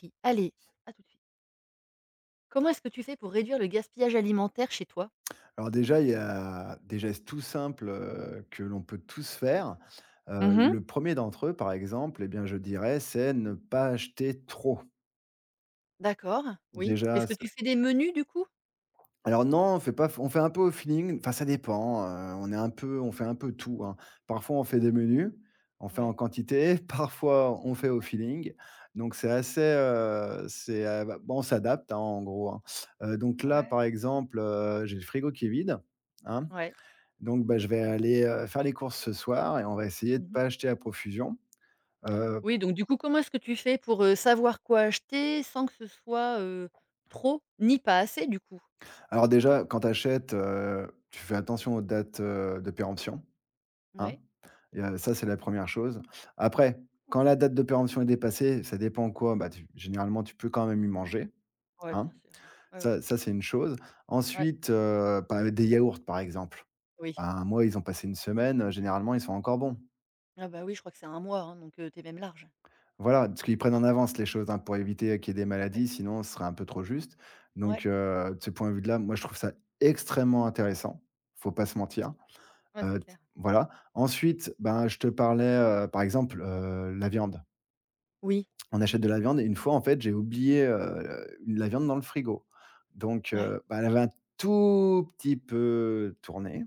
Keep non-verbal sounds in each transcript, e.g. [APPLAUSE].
Qui allez, à tout de suite. Comment est-ce que tu fais pour réduire le gaspillage alimentaire chez toi? Alors déjà, il y a des gestes tout simples, que l'on peut tous faire. Mmh mh. Le premier d'entre eux, par exemple, eh bien, je dirais, c'est ne pas acheter trop. D'accord, oui. Déjà, Est-ce que tu c'est fais des menus du coup? alors non, on fait pas on fait un peu au feeling, enfin ça dépend, on est un peu on fait un peu tout, hein. Parfois, on fait des menus, on fait en Ouais, quantité, [LAUGHS] parfois, on fait au feeling. Donc c'est assez, bah, bon, on s'adapte, hein, en gros, hein. Donc là, ouais, par exemple, j'ai le frigo qui est vide, hein. ouais. Donc bah, je vais aller, faire les courses ce soir et on va essayer de Mmh mh. pas acheter à profusion. Heu, Oui, donc du coup, comment est-ce que tu fais pour, savoir quoi acheter sans que ce soit, trop ni pas assez du coup? alors déjà quand tu achètes, tu fais attention aux dates, de péremption, hein? Ouais, Et ça c'est la première chose. Après, quand la date de péremption est dépassée, ça dépend quoi, bah, tu généralement tu peux quand même y manger, ouais, bien hein? sûr, ouais, ouais, ouais, Ça c'est une chose. ouais, Ensuite, bah, des yaourts par exemple. oui. Ben, moi ils ont passé une semaine, généralement ils sont encore bons. Ah bah oui, je crois que c'est un mois, hein, donc tu es même large. Voilà, parce qu'ils prennent en avance les choses, hein, pour éviter qu'il y ait des Ouais, maladies, sinon ce serait un peu trop juste. ouais, Donc, de ce point de vue-là, moi je trouve ça extrêmement intéressant, faut pas se mentir. ouais, c'est Heu, clair. voilà. Ensuite, ben, je te parlais, par exemple, la viande. Oui, On achète de la viande et une fois en fait, j'ai oublié, la viande dans le frigo. Donc, ouais, bah, elle avait un tout petit peu tourné,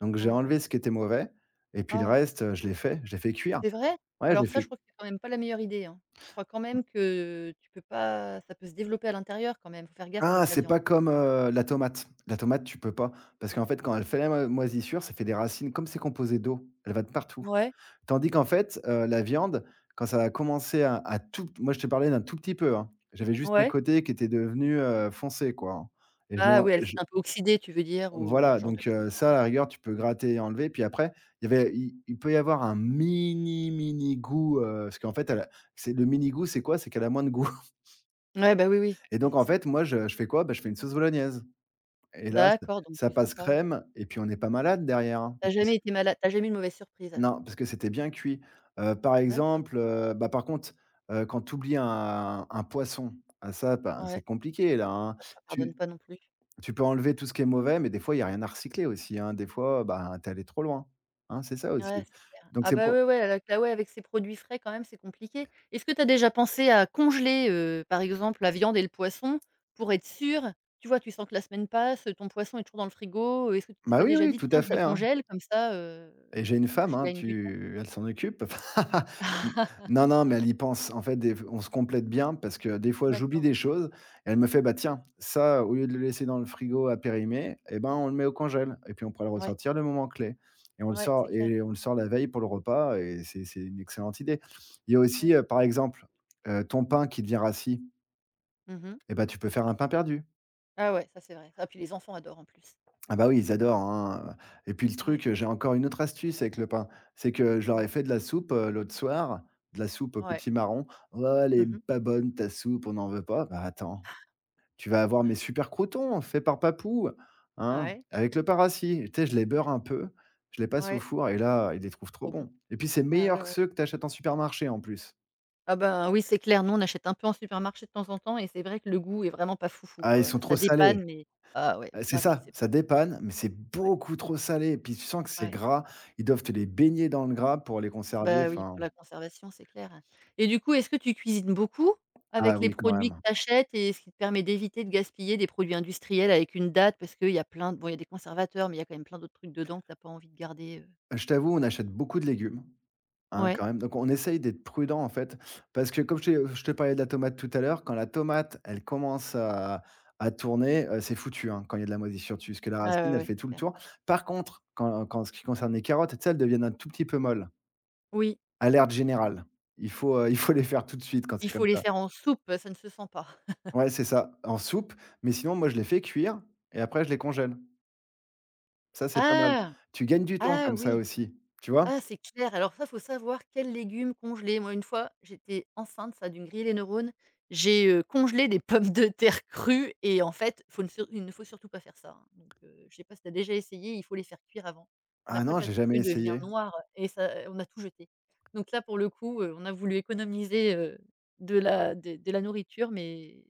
donc j'ai ah ouais, enlevé ce qui était mauvais et puis le ah! reste, je l'ai fait cuire. C'est vrai? Ouais, je l'ai Alors ça, je fait crois que c'est quand même pas la meilleure idée, hein. Je crois quand même que tu peux pas ça peut se développer à l'intérieur quand même, faut faire gaffe ah, avec la c'est viande. pas comme, la tomate. La tomate, tu peux pas, parce qu'en fait, quand elle fait la mo moisissure, ça fait des racines. Comme c'est composé d'eau, elle va de partout. Ouais, Tandis qu'en fait, la viande, quand ça a commencé à tout moi, je te parlais d'un tout petit peu, hein. J'avais juste un ouais. côté qui était devenu, foncé, quoi, hein et Ah oui, elle s'est je un peu oxydée, tu veux dire ou, ce voilà, genre de donc choses, ça, à ouais. la rigueur, tu peux gratter et enlever. Puis après, il peut y avoir un mini, mini goût, parce qu'en fait, elle a c'est le mini goût, c'est quoi? C'est qu'elle a moins de goût [LAUGHS] Ouais, bah, oui, oui, et oui, donc c'est en ça. fait, moi, je fais quoi? Bah, je fais une sauce bolognaise. Et là, ça D'accord, donc ça tu sens passe pas, crème et puis on n'est pas malade derrière, hein, tu as parce que c jamais eu de mauvaise surprise alors? non, parce que c'était bien cuit. Par D'accord, exemple, bah, par contre, quand tu oublies un poisson, ah ça, ben, c'est ouais, compliqué là, hein. ça pardonne Tu pas non plus. tu peux enlever tout ce qui est mauvais, mais des fois, il y a rien à recycler aussi, hein. Des fois, bah tu es allé trop loin, hein, c'est ça Ouais, aussi. c'est clair. Donc Ah c'est bah, pour ouais, ouais, avec la ouais, avec ces produits frais quand même, c'est compliqué. Est-ce que tu as déjà pensé à congeler, par exemple, la viande et le poisson pour être sûr? Tu vois, tu sens que la semaine passe, ton poisson est toujours dans le frigo, est-ce que tu t'es bah, pas oui, déjà oui, dit: tout à «Tiens, je le fait, hein. congèle comme ça, Et j'ai une femme, je hein, gagne du temps»? tu elle s'en occupe? [LAUGHS] N [LAUGHS] non, non, mais elle y pense. En fait, des on se complète bien parce que des fois, j'oublie D'accord. des choses et elle me fait: «Bah, tiens, ça, au lieu de le laisser dans le frigo à périmer, eh ben, on le met au congèle et puis on pourra le Ouais, ressortir le moment clé» et on le ouais, sort c'est clair. et on le sort la veille pour le repas et c'est une excellente idée. Il y a aussi, Ouais. Par exemple, ton pain qui devient rassis, Mmh. eh ben, tu peux faire un pain perdu. Ah ouais, ça c'est vrai. Ah puis les enfants adorent en plus. Ah bah oui, ils adorent, hein, et puis le Ouais, truc, j'ai encore une autre astuce avec le pain. C'est que je leur ai ouais, fait de la soupe, l'autre soir, de la soupe, au ouais. petit marron. «Oh, elle est Mmh. pas bonne ta soupe, on n'en veut pas». Bah attends, tu vas avoir mes super croûtons faits par Papou, Ah hein, ouais? avec le Paraci. Tu sais, je les beurre un peu, je les passe au Ouais, four et là, ils les trouvent trop trop bon. bons et puis c'est Bah, meilleur ouais, que ouais. ceux que tu achètes en supermarché en plus. Ah ben, oui, c'est clair. Nous, on achète un peu en supermarché de temps en temps et c'est vrai que le goût est vraiment pas foufou, Ah, ils quoi. sont trop Ça salés. dépanne, mais ah ouais, C'est ah puis ça, c'est ça dépanne, mais c'est ouais, beaucoup trop salé et puis tu sens que c'est ouais. gras. Ils doivent te les baigner dans le gras pour les conserver, Bah, oui, enfin pour la conservation, c'est clair. Et du coup, est-ce que tu cuisines beaucoup ah avec les oui, quand produits que même. tu achètes et ce qui te permet d'éviter de gaspiller des produits industriels avec une date? Parce qu'il y a il y a des conservateurs, mais il y a quand même plein d'autres trucs dedans que tu as pas envie de garder, Je t'avoue, on achète beaucoup de légumes, hein, ouais. quand même, donc on essaye d'être prudent, en fait, parce que comme je te parlais de la tomate tout à l'heure, quand la tomate, elle commence à tourner, c'est foutu, hein, quand il y a de la moisissure dessus, parce que la Ouais, ouais, racine, elle ouais, fait tout c'est le clair. tour. Par contre, quand en ce qui concerne les carottes, tu sais, elles deviennent un tout petit peu molles. Oui, Alerte générale. Il faut les faire tout de suite quand il c'est comme faut les ça. faire en soupe, ça ne se sent pas. Ouais, c'est ça, en soupe, mais sinon moi je les fais cuire et après je les congèle. Ça, c'est pas mal. Ah! Tu gagnes du temps Ah comme ça oui! aussi, tu vois? Ah, c'est clair. Alors ça, faut savoir quels légumes congeler. Moi, une fois, j'étais enceinte, ça a dû me griller les neurones. J'ai, congelé des [LAUGHS] pommes de terre crues et en fait, faut ne sur il ne faut surtout pas faire ça, hein. Donc, je sais pas si tu as déjà essayé, il faut les faire cuire avant. La Ah non, patate j'ai jamais crue devient essayé. noire et ça on a tout jeté. Donc là, pour le coup, on a voulu économiser, de la nourriture, mais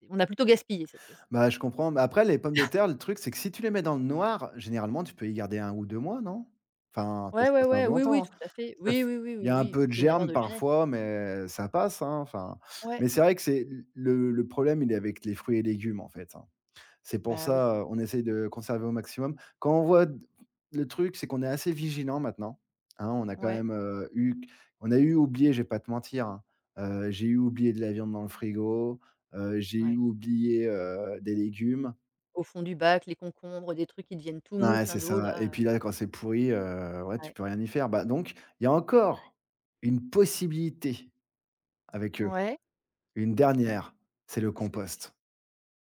c'est on a plutôt gaspillé cette fois-ci. Bah, je comprends, mais après les pommes de terre, le truc c'est que si tu les mets dans le noir, généralement tu peux y garder un ou 2 mois, non? Enfin, ça se Ouais, ouais, conserve ouais, oui, longtemps, oui, hein? tout à fait. Ça f Oui, oui, oui, Il y oui, a un oui. peu Bon, de c'est une erreur germe de jeunesse, hein. parfois, mais ça passe, hein, enfin. Ouais, Mais c'est vrai que c'est le problème, il est avec les fruits et légumes, en fait, hein. C'est pour bah, oui. ça, on essaye de conserver au maximum. Quand on voit d Le truc, c'est qu'on est assez vigilant maintenant, hein. On a quand Ouais, même, eu on a eu oublié, je vais pas te mentir, hein. J'ai eu oublié de la viande dans le frigo, j'ai eu ouais. oublié, des légumes. Au fond du bac, les concombres, des trucs qui deviennent tout mous, Ouais, c'est plein d'eau ça là, et puis là, quand c'est pourri, ouais, tu ouais. peux rien y faire. Bah, donc il y a encore une possibilité. Avec, eux, Ouais. une dernière, c'est le Qu'est-ce que tu compost.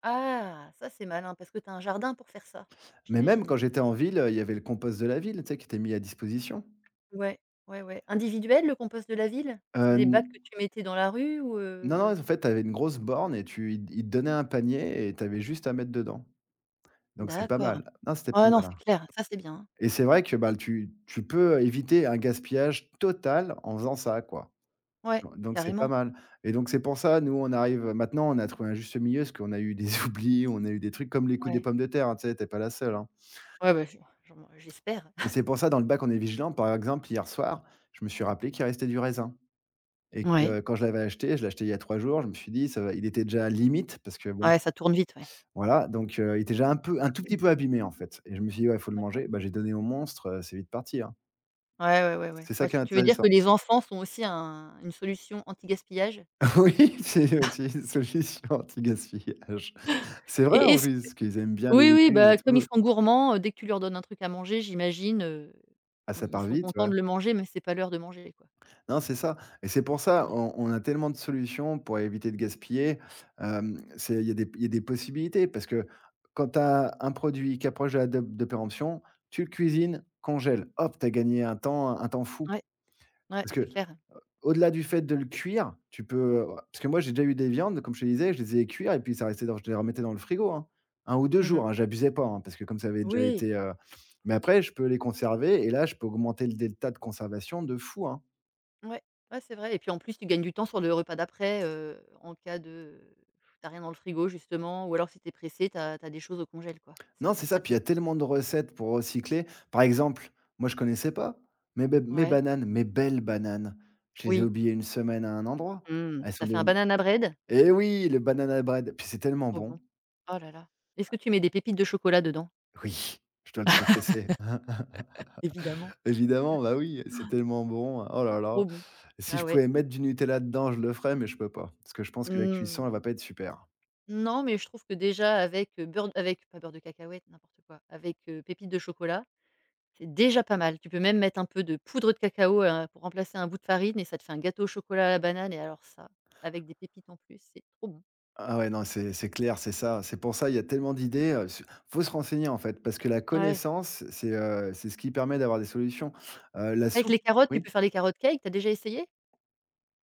Ah! Ça, c'est malin parce que tu as un jardin pour faire ça, Mais même quand j'imagine? j'étais en ville, il y avait le compost de la ville, tu sais, qui était mis à disposition. Ouais, ouais, ouais. Individuel, le compost de la ville? C'est N des bacs que tu mettais dans la rue ou, Non, non, en c'est fait, tu avais une grosse borne et tu ils ils te donnaient un panier et tu avais juste à mettre dedans. Donc c'est pas d'accord. mal. Non, c'était pas Ah non, mal, c'est hein clair, ça, c'est bien, hein. et c'est vrai que, bah, tu peux éviter un gaspillage total en faisant ça, quoi. Ouais, Donc c'est pas carrément. mal et donc c'est pour ça, nous, on arrive maintenant, on a trouvé un juste milieu parce qu'on a eu des [LAUGHS] oublis, on a eu des trucs comme les coups des Ouais. pommes de terre, hein, tu sais, tu pas la seule, hein. Ouais, bah, je j'en j'espère. Et c'est pour ça dans le bac, on est vigilant. Par exemple, hier soir, je me suis rappelé qu'il restait du raisin et Ouais. que quand je l'avais acheté, je l'ai acheté il y a 3 jours, je me suis dit: «Ça va» il était déjà limite parce que bon, Ouais, ça tourne vite, ouais. voilà, donc il était déjà un tout petit peu abîmé, en fait et je me suis dit: «Ouais, il faut le D'accord. manger». Bah, j'ai donné au monstre, c'est vite parti, hein. Ouais, ouais, ouais, ouais. C'est ça Ouais, qui est tu veux dire intéressant. que les enfants sont aussi un une solution anti-gaspillage? [LAUGHS] Oui, c'est aussi une solution anti-gaspillage. C'est vrai Et en et plus, parce qu'ils aiment bien les Oui, oui, légumes et bah, comme ils tout. sont gourmands, dès que tu leur donnes un truc à manger, j'imagine, Ah, ça ils part sont vite, ouais. contents de le manger, mais c'est pas l'heure de manger, quoi. Non, c'est ça et c'est pour ça, Ouais, on a tellement de solutions pour éviter de gaspiller. Hem, c'est il y a des Il y a des possibilités parce que quand tu as un produit qui approche de la date de péremption, tu le cuisines, congèle. Hop, tu as gagné un temps fou. ouais, ouais, Parce c'est que clair. au delà du fait de le cuire, tu peux, parce que moi, j'ai déjà eu des viandes, comme je te disais, je les ai cuire et puis ça restait dans je les remettais dans le frigo, hein. Un ou deux Mmh mh. jours, hein, j'abusais pas, hein, parce que comme ça avait déjà Oui, été, mais après je peux les conserver et là, je peux augmenter le delta de conservation de fou, hein. ouais, ouais, c'est vrai et puis en plus, tu gagnes du temps sur le repas d'après, en cas de tu as rien dans le frigo justement ou alors si tu es pressé, tu as des choses au congèle, quoi. C'est Non, c'est hyper ça, puis il y pratique. a tellement de recettes pour recycler. Par exemple, moi, je connaissais pas mes Ouais, bananes, mes belles bananes. Je les ai oui. oubliées une semaine à un endroit. Mmh. Elles Tu sont as fait un devenues banana bread? Eh oui, le banana bread, puis c'est tellement Trop bon. bon. Oh là là. Est-ce que tu mets des pépites de chocolat dedans? Oui, je dois le confesser. [LAUGHS] Évidemment, Évidemment, bah oui, c'est tellement bon. Oh là là. trop bon. Si Ah je ouais. pouvais mettre du Nutella dedans, je le ferais, mais je peux pas. Parce que je pense que la cuisson, elle Mmh. va pas être super. Non, mais je trouve que déjà avec, beurre avec pas beurre de cacahuète, n'importe quoi, avec, pépites de chocolat, c'est déjà pas mal. Tu peux même mettre un peu de poudre de cacao, pour remplacer un bout de farine et ça te fait un gâteau au chocolat à la banane et alors ça, avec des pépites en plus, c'est trop bon. Ah ouais, non, c'est clair, c'est ça. C'est pour ça, il y a tellement d'idées. Su Faut se renseigner, en fait, parce que la Ouais. connaissance, c'est ce qui permet d'avoir des solutions. La Avec soupe les carottes, tu oui? peux faire les carottes cake, t'as déjà essayé?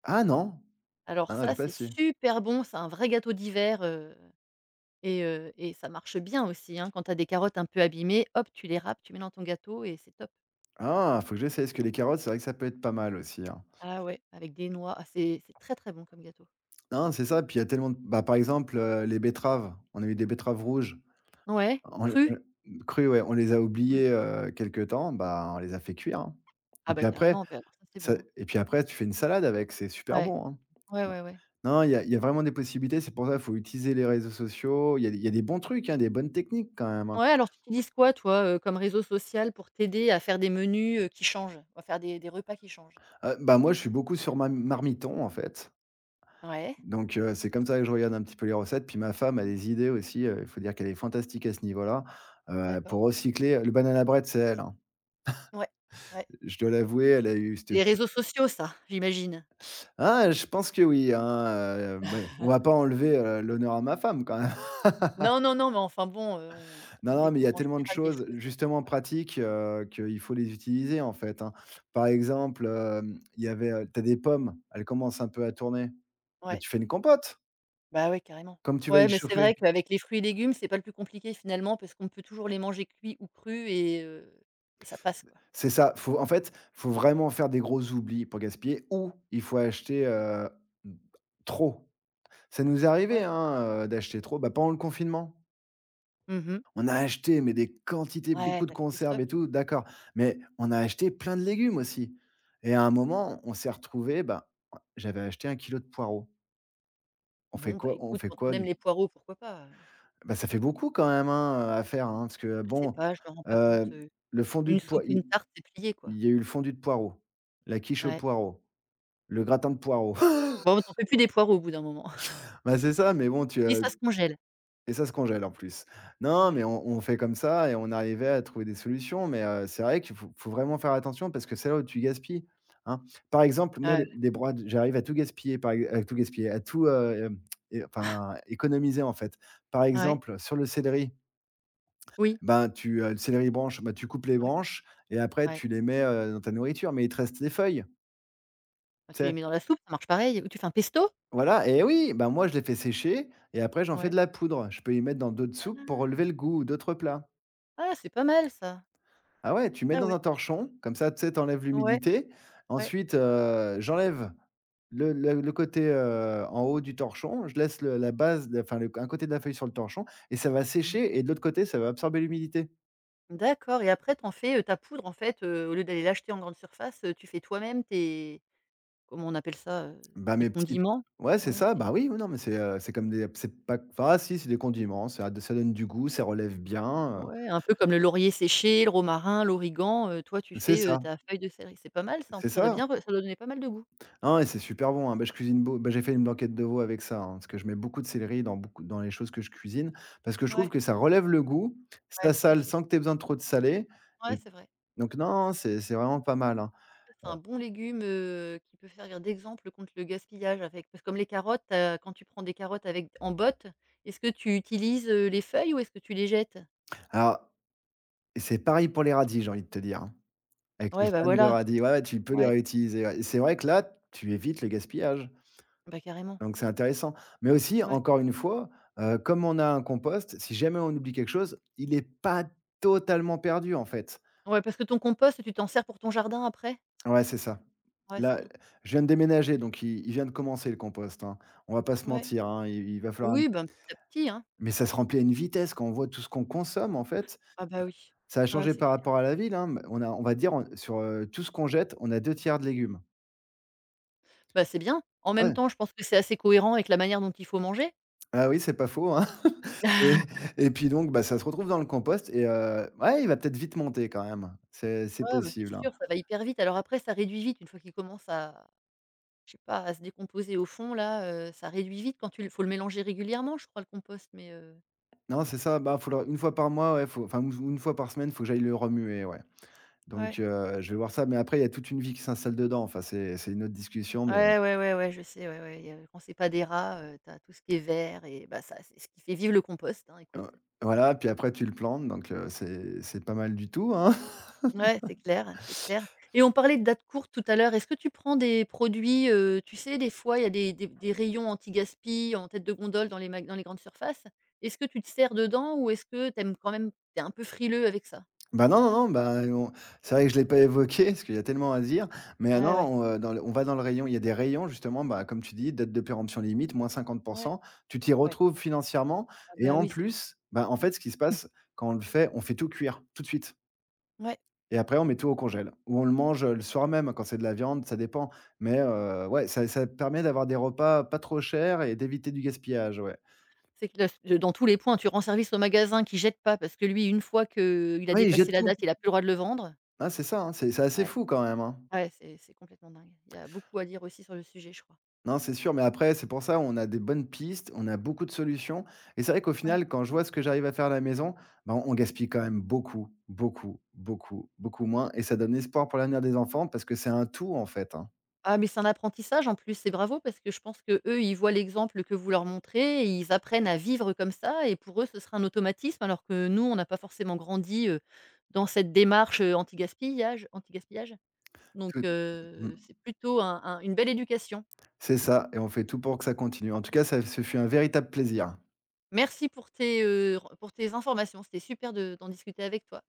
Ah non? Alors Ah non, ça, j'ai pas c'est essayé. super bon, c'est un vrai gâteau d'hiver, et ça marche bien aussi, hein. Quand t'as des carottes un peu abîmées, hop, tu les râpes, tu mets dans ton gâteau et c'est top. Ah! Faut que j'essaie, parce que les carottes, c'est vrai que ça peut être pas mal aussi, hein. Ah ouais. Avec des noix, ah c'est très, très bon comme gâteau. Non, c'est ça, puis il y a tellement de bah, par exemple, les betteraves, on a eu des betteraves rouges, Ouais, on cru? on crues, ouais, on les a Ouais. oubliées, quelque temps, bah, on les a fait cuire, hein et Ah bah puis après carrément, bah alors ça c'est bon, ça hein. et puis après tu fais une salade avec, c'est super Ouais, bon, hein. ouais, Non. ouais, ouais. Non, il y a vraiment des possibilités, c'est pour ça, qu'il faut utiliser les réseaux sociaux, il y a des il y a des bons trucs, hein, des bonnes techniques quand même, hein. Ouais, alors tu utilises quoi toi, comme réseau social pour t'aider à faire des menus, qui changent? À faire des repas qui changent? Moi je suis beaucoup sur ma Marmiton en fait. Ouais, Donc c'est comme ça que je regarde un petit peu les recettes. Puis ma femme a des idées aussi, il faut dire qu'elle est fantastique à ce niveau-là, pour d'accord. recycler le banana bread, c'est elle, hein. Ouais, ouais. Je dois l'avouer, elle a eu cette Les réseaux sociaux ça, j'imagine? ah, je pense que oui, hein, beh, on va pas enlever, l'honneur à ma femme quand même. [LAUGHS] Non, non, non, mais enfin bon, on Non, on non, mais il y a découvre en tellement de général des choses choses, justement ouais. pratiques, qu'il faut les utiliser en fait, hein. Par exemple, il y avait, tu as des pommes, elles commencent un peu à tourner, bah, Ouais, tu fais une compote, bah ouais, carrément. comme tu vas y Ouais, mais c'est chauffer. vrai qu'avec les fruits et légumes, c'est pas le plus compliqué finalement parce qu'on peut toujours les manger cuits ou crus et ça passe quoi. C'est ça, faut en fait, faut vraiment faire des gros oublis pour gaspiller ou il faut acheter, mmh, trop. Ça nous est Ouais. arrivé, hein, d'acheter trop, bah, pendant le confinement. Mmh mh. On a acheté, mais des quantités, Ouais, beaucoup de tu as fait du conserves stock. et tout, d'accord, mais on a acheté plein de légumes aussi et à un moment, on s'est retrouvé. Bah, j'avais acheté un kilo de poireaux. On fait Bon, bah, quoi on écoute, fait quand quoi on aime du les poireaux, pourquoi pas? bah, ça fait beaucoup quand même, hein, à faire, hein, parce que Je sais bon, pas, je me rends pas heu, compte, le fondu une de poireaux. soupe, une tarte, c'est plié, quoi. Il y a eu le fondu de poireaux, la quiche au Ouais. poireau. Le gratin de poireaux. [LAUGHS] Bon, tu en peux plus des poireaux au bout d'un moment. [LAUGHS] Bah, c'est ça, mais bon, tu, Mais ça se congèle. et ça se congèle en plus. Non, mais Ouais. on fait comme ça et on arrivait à trouver des solutions, mais c'est vrai qu'il faut faut vraiment faire attention parce que c'est là où tu gaspilles, hein. Par exemple, moi, Ouais, ouais. Des broades, j'arrive à tout gaspiller, par ex à tout gaspiller, à tout, é enfin, économiser, en fait. Par Ouais. exemple, sur le céleri, Oui. ben, tu, le céleri branche, ben tu coupes les Ouais. branches et après Ouais. tu les mets, dans ta nourriture, mais il te reste des feuilles, Bah, tu tu les sais? mets dans la soupe, ça marche pareil. Ou tu fais un pesto? Voilà et oui, ben, moi je les fais sécher et après j'en fais Ouais. de la poudre. Je peux y mettre dans d'autres soupes Ah! pour relever le goût ou d'autres plats. Ah, c'est pas mal ça. Ah ouais, tu mets Ah dans ouais. un torchon, comme ça, tu sais, tu Ouais, l'humidité. ouais. Ensuite, j'enlève le côté, en haut du torchon, je laisse le la base de enfin, le un côté de la feuille sur le torchon et ça va Mmh. sécher et de l'autre côté, ça va absorber l'humidité. D'accord et après tu en fais, ta poudre en fait, au lieu d'aller l'acheter en grande surface, tu fais toi-même tes comment on appelle ça? Bah, Tes mes petites condiments? ouais, c'est Ouais, ça, tes bah, oui, oui, non, mais c'est comme des c'est pas enfin, ah, si, c'est des condiments, ça ça donne du goût, ça relève bien, ouais, un peu comme le laurier séché, le romarin, l'origan, toi tu c'est fais, ça, ta feuille de céleri. C'est pas mal ça, en c'est plus ça. Ça doit donner pas mal de goût. Ah ouais, c'est super bon, hein. Bah, je cuisine beau bah, j'ai fait une blanquette de veau avec ça, hein, parce que je mets beaucoup de céleri dans beaucoup dans les choses que je cuisine, parce que je trouve Ouais, que ça relève le goût, ouais, ça tout à sale fait. sans que tu aies besoin de trop de salé Ouais, et c'est vrai. donc non, c'est vraiment pas mal, hein. Ça, c'est un bon légume, qui peut servir d'exemple contre le gaspillage avec parce que comme les carottes, quand tu prends des carottes avec en botte, est-ce que tu utilises, les feuilles ou est-ce que tu les jettes? Alors et c'est pareil pour les radis, j'ai envie de te dire, hein. Avec les Ouais, bah, fans de voilà, radis, ouais, ouais, tu peux les ouais, réutiliser, ouais et c'est vrai que là, tu évites le gaspillage, bah, carrément, donc c'est intéressant. Mais aussi, ouais. encore une fois, comme on a un compost, si jamais on oublie quelque chose, il n'est pas totalement perdu, en fait. Ouais, parce que ton compost, tu t'en sers pour ton jardin après? Ouais, c'est ça. Ouais, c'est Là, bien. je viens de déménager, donc il vient de commencer le compost, hein. On va pas se Ouais. mentir, hein, il va falloir un- Oui, ben, petit à petit, hein. mais ça se remplit à une vitesse quand on voit tout ce qu'on consomme, en fait. Ah bah, oui. Ça a ah changé c'est par cl rapport à la ville, hein, mais on a on va dire, on sur, tout ce qu'on jette, on a 2 tiers de légumes. Bah, c'est bien. En Ah même ouais. temps, je pense que c'est assez cohérent avec la manière dont il faut manger. Ah oui, c'est pas faux, hein. [LAUGHS] et [LAUGHS] et puis donc, bah, ça se retrouve dans le compost et ouais, il va peut-être vite monter quand même. C'est Ouais, bah, c'est possible, hein. sûr, ça va hyper vite. Alors après, ça réduit vite une fois qu'il commence à je sais pas, à se décomposer au fond là, ça réduit vite quand tu l faut le mélanger régulièrement, je crois, le compost, mais Non, c'est ça, bah, faut le une fois par mois, ouais, faut enfin ou une fois par semaine, il faut que j'aille le remuer, ouais. ouais. Donc je vais voir ça, mais après il y a toute une vie qui s'installe dedans. Enfin, c'est une autre discussion, mais Ouais, ouais, ouais, ouais, je sais, ouais, ouais, il y a quand c'est pas des rats, tu tout ce qui est vert et bah, ça, c'est ce qui fait vivre le compost, hein, écoute. heu, voilà, puis après tu le plantes, donc c'est pas mal du tout, hein. [LAUGHS] Ouais, c'est clair et on parlait de dates courtes tout à l'heure. Est-ce que tu prends des produits, tu sais, des fois, il y a des rayons anti-gaspi en tête de gondole dans les grandes surfaces. Est-ce que tu te sers dedans ou est-ce que tu aimes quand même tu es un peu frileux avec ça? Bah, non, non, non, bah, on c'est vrai que je l'ai pas évoqué parce qu'il y a tellement à dire, mais Ouais, ouais. non, dans le on va dans le rayon, il y a des rayons justement, bah, comme tu dis, date de péremption limite, moins 50. Ouais, Tu t'y ouais. retrouves financièrement Ah et bah, en oui, c'est plus, bah, en fait, ce qui se passe quand on le fait, on fait tout cuire, tout de suite. ouais. Et après, on met tout au congèle ou on le mange, le soir même quand c'est de la viande, ça dépend. Mais ouais, ça ça permet d'avoir des repas pas trop chers et d'éviter du gaspillage, ouais. C'est que neuf dans tous les points, tu rends service au magasin qui jette pas parce que lui, une fois que il a Oui ils dépassé jettent la tout. date, il a plus le droit de le vendre. Ah, c'est ça, hein, c'est assez Ouais, fou quand même, hein. ouais, c'est complètement dingue. Il y a beaucoup à dire aussi sur le sujet, je crois. Non, c'est sûr, mais après, c'est pour ça, on a des bonnes pistes, on a beaucoup de solutions et c'est vrai qu'au Ouais. final, quand je vois ce que j'arrive à faire à la maison, ben, on gaspille quand même beaucoup, beaucoup, beaucoup, beaucoup moins et ça donne espoir pour l'avenir des enfants parce que c'est un tout, en fait, hein. Ah mais c'est un apprentissage en plus c'est bravo parce que je pense que eux ils voient l'exemple que vous leur montrez et ils apprennent à vivre comme ça et pour eux, ce sera un automatisme alors que nous, on n'a pas forcément grandi, dans cette démarche, anti-gaspillage anti-gaspillage donc Tout mmh, c'est plutôt un une belle éducation. c'est ça et on fait tout pour que ça continue. En tout cas, ça ce fut un véritable plaisir. Merci pour tes informations, c'était super de d'en discuter avec toi.